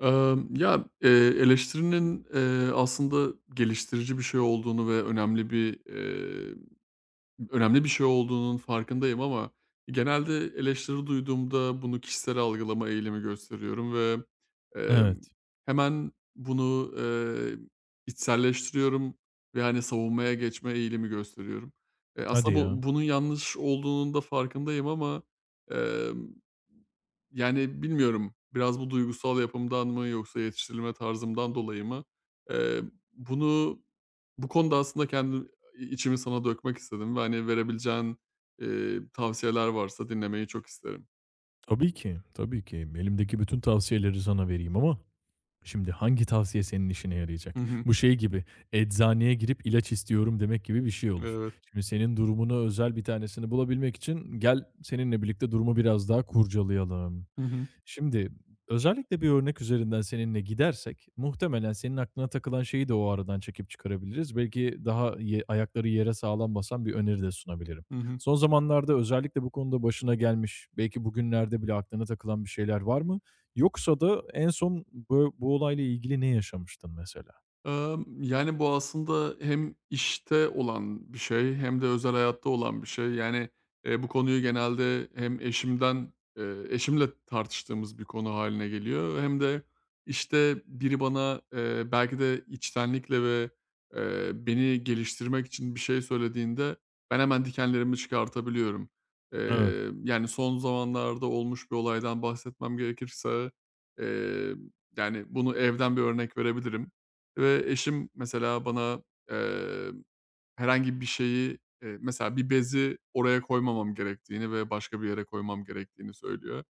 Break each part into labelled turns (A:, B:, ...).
A: Ya, eleştirinin, aslında geliştirici bir şey olduğunu ve önemli önemli bir şey olduğunun farkındayım, ama genelde eleştiri duyduğumda bunu kişisel algılama eğilimi gösteriyorum ve, emm,
B: Evet.
A: hemen bunu içselleştiriyorum ve, hani, savunmaya geçme eğilimi gösteriyorum.
B: Hadi
A: Aslında
B: ya.
A: bu, bunun yanlış olduğunun da farkındayım ama, yani, bilmiyorum, biraz bu duygusal yapımdan mı yoksa yetiştirilme tarzımdan dolayı mı? Eee, Bunu, bu konuda aslında kendi içimi sana dökmek istedim ve, hani, verebileceğin tavsiyeler varsa dinlemeyi çok isterim.
B: Tabii ki, tabii ki. Elimdeki bütün tavsiyeleri sana vereyim ama şimdi hangi tavsiye senin işine
A: Hı
B: yarayacak?
A: hı.
B: Bu şey gibi eczaneye girip ilaç istiyorum demek gibi bir şey olur.
A: Evet.
B: Şimdi senin durumuna özel bir tanesini bulabilmek için gel seninle birlikte durumu biraz daha kurcalayalım.
A: Hı hı.
B: Şimdi özellikle bir örnek üzerinden seninle gidersek muhtemelen senin aklına takılan şeyi de o aradan çekip çıkarabiliriz. Belki daha ayakları yere sağlam basan bir öneri de sunabilirim.
A: Hı hı.
B: Son zamanlarda özellikle bu konuda başına gelmiş, belki bugünlerde bile aklına takılan bir şeyler var mı? Yoksa da en son bu olayla ilgili ne yaşamıştın mesela?
A: Yani, bu aslında hem işte olan bir şey, hem de özel hayatta olan bir şey. Yani, bu konuyu genelde hem eşimle tartıştığımız bir konu hâline geliyor, hem de, işte, biri bana, belki de içtenlikle ve, beni geliştirmek için bir şey söylediğinde ben hemen dikenlerimi çıkartabiliyorum.
B: Evet.
A: Yani, son zamanlarda olmuş bir olaydan bahsetmem gerekirse, eee, yani, bunu evden bir örnek verebilirim. Ve eşim mesela bana, eee herhangi bir şeyi, mesela bir bezi oraya koymamam gerektiğini ve başka bir yere koymam gerektiğini söylüyor.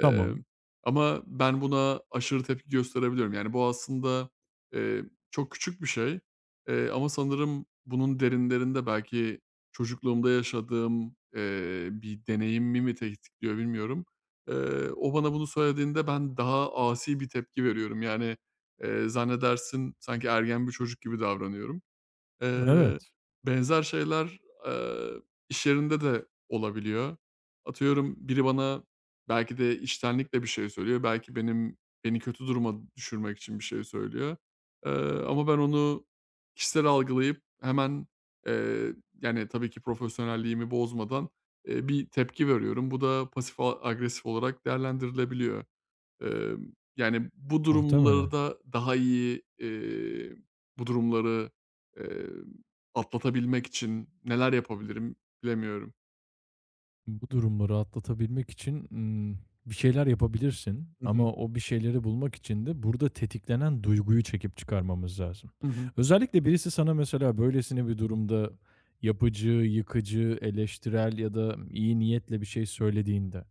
B: Tamam.
A: Ama ben buna aşırı tepki gösterebiliyorum. Yani, bu aslında, eee, çok küçük bir şey, ama sanırım bunun derinlerinde belki çocukluğumda yaşadığım bir deneyimimi mi tetikliyor, bilmiyorum. O bana bunu söylediğinde ben daha asi bir tepki veriyorum. Yani, zannedersin sanki ergen bir çocuk gibi davranıyorum. Eee,
B: Evet.
A: Benzer şeyler, eee, iş yerinde de olabiliyor. Atıyorum, biri bana belki de içtenlikle bir şey söylüyor, belki beni kötü duruma düşürmek için bir şey söylüyor. Eee, Ama ben onu kişisel algılayıp hemen, eee, yani tabii ki profesyonelliğimi bozmadan, bir tepki veriyorum. Bu da pasif agresif olarak değerlendirilebiliyor. Yani, bu
B: Muhtemelen.
A: durumlarda daha bu durumları, emm, atlatabilmek için neler yapabilirim bilemiyorum.
B: Bu durumları atlatabilmek için, bir şeyler yapabilirsin
A: Hı hı.
B: ama o bir şeyleri bulmak için de burada tetiklenen duyguyu çekip çıkarmamız lazım.
A: Hı hı.
B: Özellikle birisi sana mesela böylesine bir durumda yapıcı, yıkıcı, eleştirel ya da iyi niyetle bir şey söylediğinde,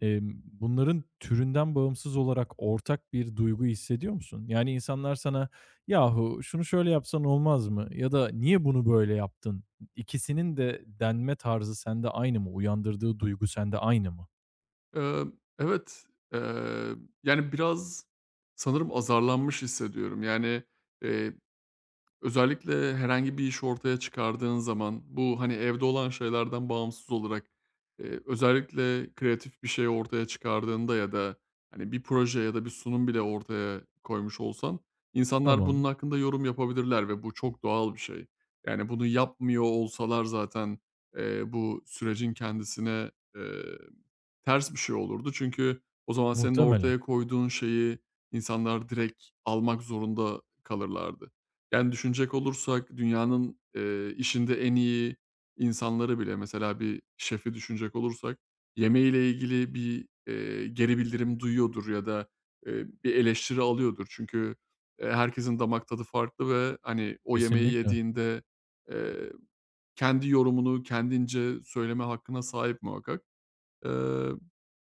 B: emm, bunların türünden bağımsız olarak ortak bir duygu hissediyor musun? Yani insanlar sana "Yahu şunu şöyle yapsan olmaz mı?" ya da "Niye bunu böyle yaptın?" İkisinin de denme tarzı sende aynı mı? Uyandırdığı duygu sende aynı mı?
A: Emm, evet, eee, yani, biraz sanırım azarlanmış hissediyorum. Yani, eee özellikle herhangi bir iş ortaya çıkardığın zaman bu, hani, evde olan şeylerden bağımsız olarak, özellikle kreatif bir şey ortaya çıkardığında ya da, hani, bir proje ya da bir sunum bile ortaya koymuş olsan, insanlar bunun
B: Tamam.
A: hakkında yorum yapabilirler ve bu çok doğal bir şey. Yani, bunu yapmıyor olsalar zaten, bu sürecin kendisine, eee ters bir şey olurdu, çünkü o zaman senin
B: Muhtemelen.
A: ortaya koyduğun şeyi insanlar direkt almak zorunda kalırlardı. Yani, düşünecek olursak dünyanın, işinde en iyi insanları bile, mesela bir şefi düşünecek olursak, yemeğiyle ilgili bir geri bildirim duyuyordur ya da, bir eleştiri alıyordur. Çünkü, herkesin damak tadı farklı ve, hani, o yemeği
B: Kesinlikle.
A: yediğinde, eee, kendi yorumunu kendince söyleme hakkına sahip muhakkak. Eee,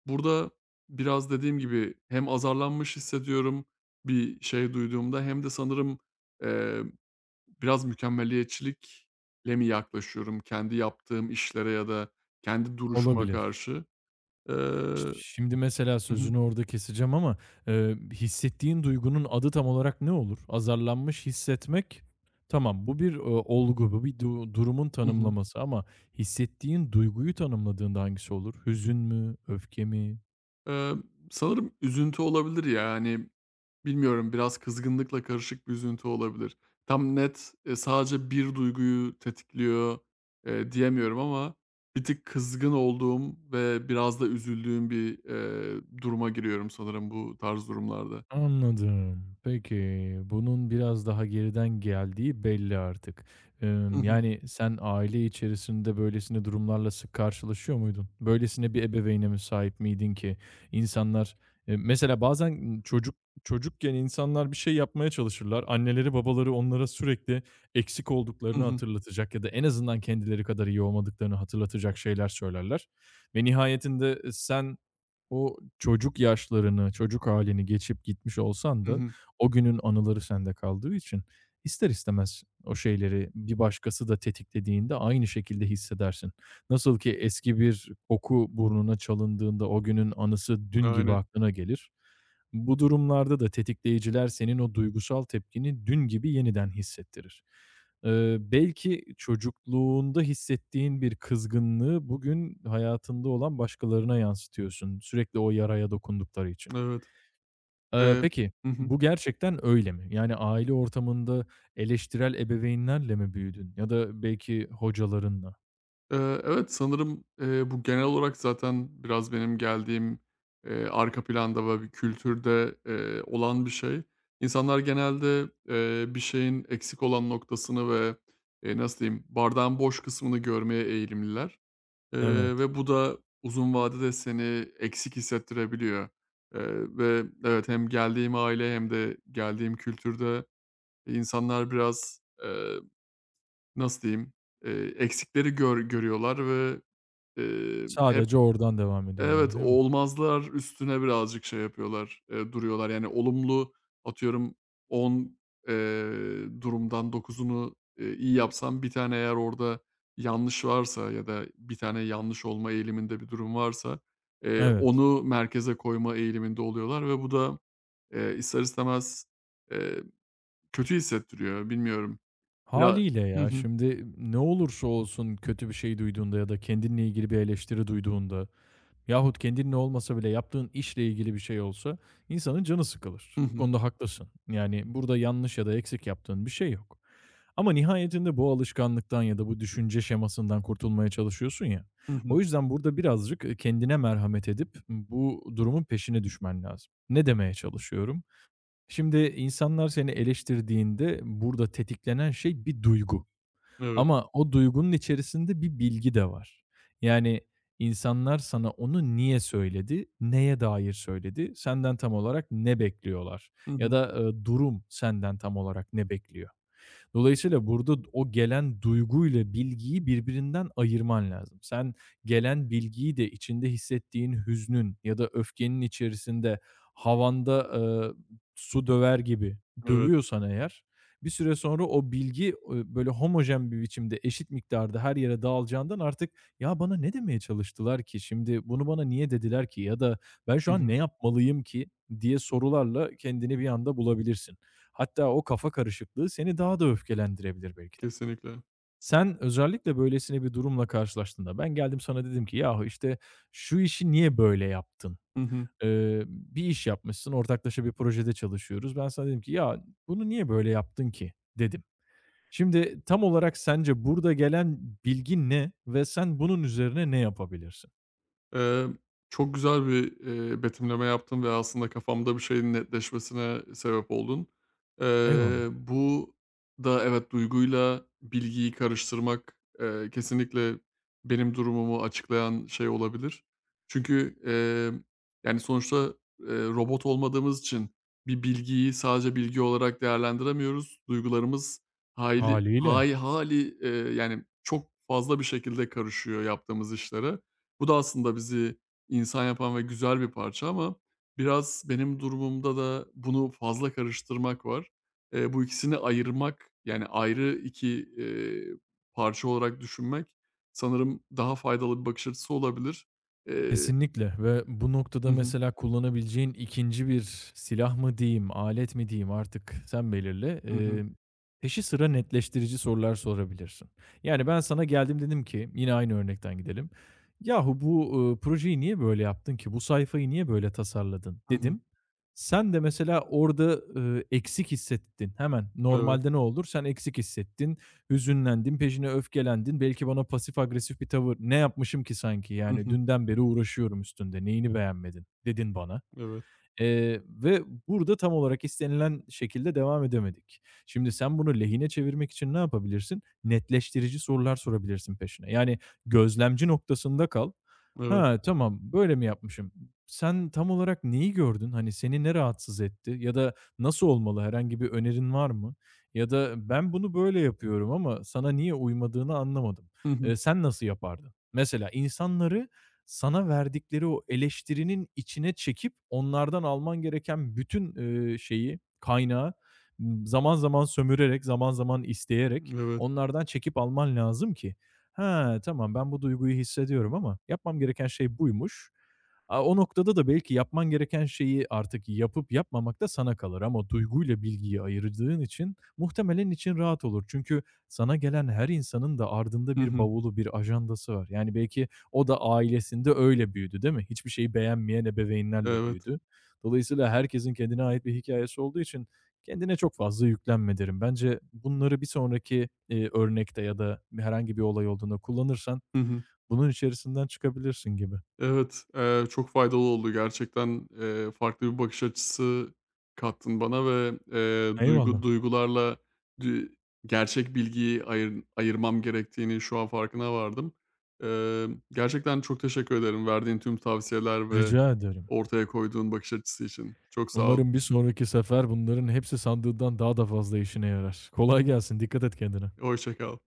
A: Burada biraz dediğim gibi hem azarlanmış hissediyorum bir şey duyduğumda, hem de sanırım, eee, biraz mükemmeliyetçilikle mi yaklaşıyorum kendi yaptığım işlere ya da kendi duruşuma
B: Olabilir.
A: karşı?
B: Ş
A: Eee
B: şimdi mesela
A: Hı hı.
B: sözünü orada keseceğim ama, hissettiğin duygunun adı tam olarak ne olur? Azarlanmış hissetmek, tamam bu bir, olgu, bu bir durumun
A: Hı hı.
B: tanımlaması ama hissettiğin duyguyu tanımladığında hangisi olur? Hüzün mü? Öfke mi?
A: Eee, Sanırım üzüntü olabilir ya. Hani, bilmiyorum, biraz kızgınlıkla karışık bir üzüntü olabilir. Tam net, sadece bir duyguyu tetikliyor, diyemiyorum ama bir tık kızgın olduğum ve biraz da üzüldüğüm bir duruma giriyorum sanırım bu tarz durumlarda.
B: Anladım. Peki, bunun biraz daha geriden geldiği belli artık.
A: Hı hı.
B: Sen aile içerisinde böylesine durumlarla sık karşılaşıyor muydun? Böylesine bir ebeveyne mi sahip miydin ki insanlar, mesela bazen, çocuk çocukken insanlar bir şey yapmaya çalışırlar. Anneleri, babaları onlara sürekli eksik
A: Hı
B: olduklarını
A: hı.
B: hatırlatacak ya da en azından kendileri kadar iyi olmadıklarını hatırlatacak şeyler söylerler ve nihayetinde, sen o çocuk yaşlarını, çocuk halini geçip gitmiş olsan
A: Hı
B: da
A: hı.
B: o günün anıları sende kaldığı için ister istemez o şeyleri bir başkası da tetiklediğinde aynı şekilde hissedersin. Nasıl ki eski bir koku burnuna çalındığında o günün anısı dün gibi
A: Aynen.
B: aklına gelir. Bu durumlarda da tetikleyiciler senin o duygusal tepkini dün gibi yeniden hissettirir. Belki çocukluğunda hissettiğin bir kızgınlığı bugün hayatında olan başkalarına yansıtıyorsun, sürekli o yaraya dokundukları için.
A: Evet. ve
B: Peki,
A: Hı hı.
B: bu gerçekten öyle mi? Yani aile ortamında eleştirel ebeveynlerle mi büyüdün ya da belki hocalarınla?
A: Evet, sanırım, bu genel olarak zaten biraz benim geldiğim arka planda ve bir kültürde olan bir şey. İnsanlar genelde, bir şeyin eksik olan noktasını ve, nasıl diyeyim, bardağın boş kısmını görmeye eğilimliler,
B: Evet.
A: ve bu da uzun vadede seni eksik hissettirebiliyor. Ve evet, hem geldiğim aile hem de geldiğim kültürde insanlar biraz, nasıl diyeyim, eksikleri görüyorlar ve hep
B: Sadece oradan devam
A: evet,
B: ediyorlar, değil mi?
A: olmazlar üstüne birazcık şey yapıyorlar, duruyorlar. Yani olumlu, atıyorum, 10 durumdan 9'unu iyi yapsam, bir tane eğer orada yanlış varsa ya da bir tane yanlış olma eğiliminde bir durum varsa,
B: Evet.
A: onu merkeze koyma eğiliminde oluyorlar ve bu da, ister istemez, eee, kötü hissettiriyor. Bilmiyorum. Biraz.
B: Haliyle
A: Hı
B: ya,
A: hı.
B: şimdi ne olursa olsun kötü bir şey duyduğunda ya da kendinle ilgili bir eleştiri duyduğunda yahut kendinin olmasa bile yaptığın işle ilgili bir şey olsa insanın canı sıkılır.
A: Hı
B: Bu
A: hı.
B: konuda haklısın. Yani burada yanlış ya da eksik yaptığın bir şey yok. Ama nihayetinde bu alışkanlıktan ya da bu düşünce şemasından kurtulmaya çalışıyorsun ya.
A: Hı
B: O
A: hı.
B: yüzden burada birazcık kendine merhamet edip bu durumun peşine düşmen lazım. Ne demeye çalışıyorum? Şimdi insanlar seni eleştirdiğinde burada tetiklenen şey bir duygu.
A: Evet.
B: Ama o duygunun içerisinde bir bilgi de var. Yani insanlar sana onu niye söyledi, neye dair söyledi, senden tam olarak ne bekliyorlar
A: Hı
B: ya
A: hı.
B: da, durum senden tam olarak ne bekliyor? Dolayısıyla burada o gelen duyguyla bilgiyi birbirinden ayırman lazım. Sen gelen bilgiyi de içinde hissettiğin hüznün ya da öfkenin içerisinde havanda, su döver gibi
A: Evet.
B: dövüyorsan eğer, bir süre sonra o bilgi, böyle homojen bir biçimde eşit miktarda her yere dağılacağından artık "Ya, bana ne demeye çalıştılar ki? Şimdi bunu bana niye dediler ki? Ya da ben
A: Hı
B: şu an
A: hı.
B: ne yapmalıyım ki?" diye sorularla kendini bir anda bulabilirsin. Hatta o kafa karışıklığı seni daha da öfkelendirebilir belki de.
A: Kesinlikle.
B: Sen özellikle böylesine bir durumla karşılaştığında ben geldim sana dedim ki yahu işte şu işi niye böyle yaptın?
A: Hı hı.
B: Bir iş yapmışsın, ortaklaşa bir projede çalışıyoruz. Ben sana dedim ki ya bunu niye böyle yaptın ki dedim. Şimdi tam olarak sence burada gelen bilgi ne ve sen bunun üzerine ne yapabilirsin?
A: Emm, Çok güzel bir betimleme yaptın ve aslında kafamda bir şeyin netleşmesine sebep oldun.
B: Eyvallah.
A: Bu da evet, duyguyla bilgiyi karıştırmak kesinlikle benim durumumu açıklayan şey olabilir. Çünkü, yani, sonuçta, robot olmadığımız için bir bilgiyi sadece bilgi olarak değerlendiremiyoruz. Duygularımız hayli
B: Hâliyle.
A: hay hâli, yani, çok fazla bir şekilde karışıyor yaptığımız işlere. Bu da aslında bizi insan yapan ve güzel bir parça ama biraz benim durumumda da bunu fazla karıştırmak var. Bu ikisini ayırmak, yani ayrı 2 eee, parça olarak düşünmek sanırım daha faydalı bir bakış açısı olabilir. Eee
B: Kesinlikle ve bu
A: Hı
B: noktada
A: hı.
B: mesela kullanabileceğin ikinci bir silah mı diyeyim, alet mi diyeyim artık sen belirle.
A: Hı hı.
B: Peşi sıra netleştirici sorular sorabilirsin. Yani ben sana geldim dedim ki yine aynı örnekten gidelim. "Yahu bu, projeyi niye böyle yaptın ki? Bu sayfayı niye böyle tasarladın?"
A: Hı hı.
B: dedim. Sen de mesela orada, eksik hissettin. Hemen
A: Evet.
B: normalde ne olur? Sen eksik hissettin hüzünlendin, peşine öfkelendin. Belki bana pasif agresif bir tavır "Ne yapmışım ki sanki?
A: Hı
B: Yani
A: hı.
B: dünden beri uğraşıyorum üstünde. Neyini beğenmedin?" dedin bana.
A: Evet.
B: Ve burada tam olarak istenilen şekilde devam edemedik. Şimdi sen bunu lehine çevirmek için ne yapabilirsin? Netleştirici sorular sorabilirsin peşine. Yani gözlemci noktasında kal.
A: Evet.
B: "Ha, tamam, böyle mi yapmışım? Sen tam olarak neyi gördün? Hani, seni ne rahatsız etti ya da nasıl olmalı? Herhangi bir önerin var mı? Ya da ben bunu böyle yapıyorum ama sana niye uymadığını anlamadım.
A: Hı hı.
B: Sen nasıl yapardın?" Mesela insanları sana verdikleri o eleştirinin içine çekip onlardan alman gereken bütün, şeyi, kaynağı, zaman zaman sömürerek, zaman zaman isteyerek
A: Evet.
B: onlardan çekip alman lazım ki, "Ha tamam ben bu duyguyu hissediyorum ama yapmam gereken şey buymuş." Aaa, o noktada da belki yapman gereken şeyi artık yapıp yapmamak da sana kalır ama duyguyla bilgiyi ayırdığın için muhtemelen için rahat olur. Çünkü sana gelen her insanın da ardında
A: Hı
B: bir
A: hı.
B: bavulu, bir ajandası var. Yani belki o da ailesinde öyle büyüdü, değil mi? Hiçbir şeyi beğenmeyen ebeveynlerle
A: Evet.
B: büyüdü. Dolayısıyla herkesin kendine ait bir hikayesi olduğu için kendine çok fazla yüklenme derim. Bence bunları bir sonraki, örnekte ya da herhangi bir olay olduğunda kullanırsan
A: Hı hı.
B: bunun içerisinden çıkabilirsin gibi.
A: Evet, çok faydalı oldu gerçekten. Farklı bir bakış açısı kattın bana ve, duygu
B: Eyvallah.
A: duygularla dü gerçek bilgiyi ayırmam gerektiğini şu an farkına vardım. Gerçekten çok teşekkür ederim verdiğin tüm tavsiyeler ve
B: Rica ederim.
A: ortaya koyduğun bakış açısı için. Çok sağ ol.
B: Umarım bir sonraki sefer bunların hepsi sandığından daha da fazla işine yarar. Kolay gelsin, dikkat et kendine.
A: Hoşça kal.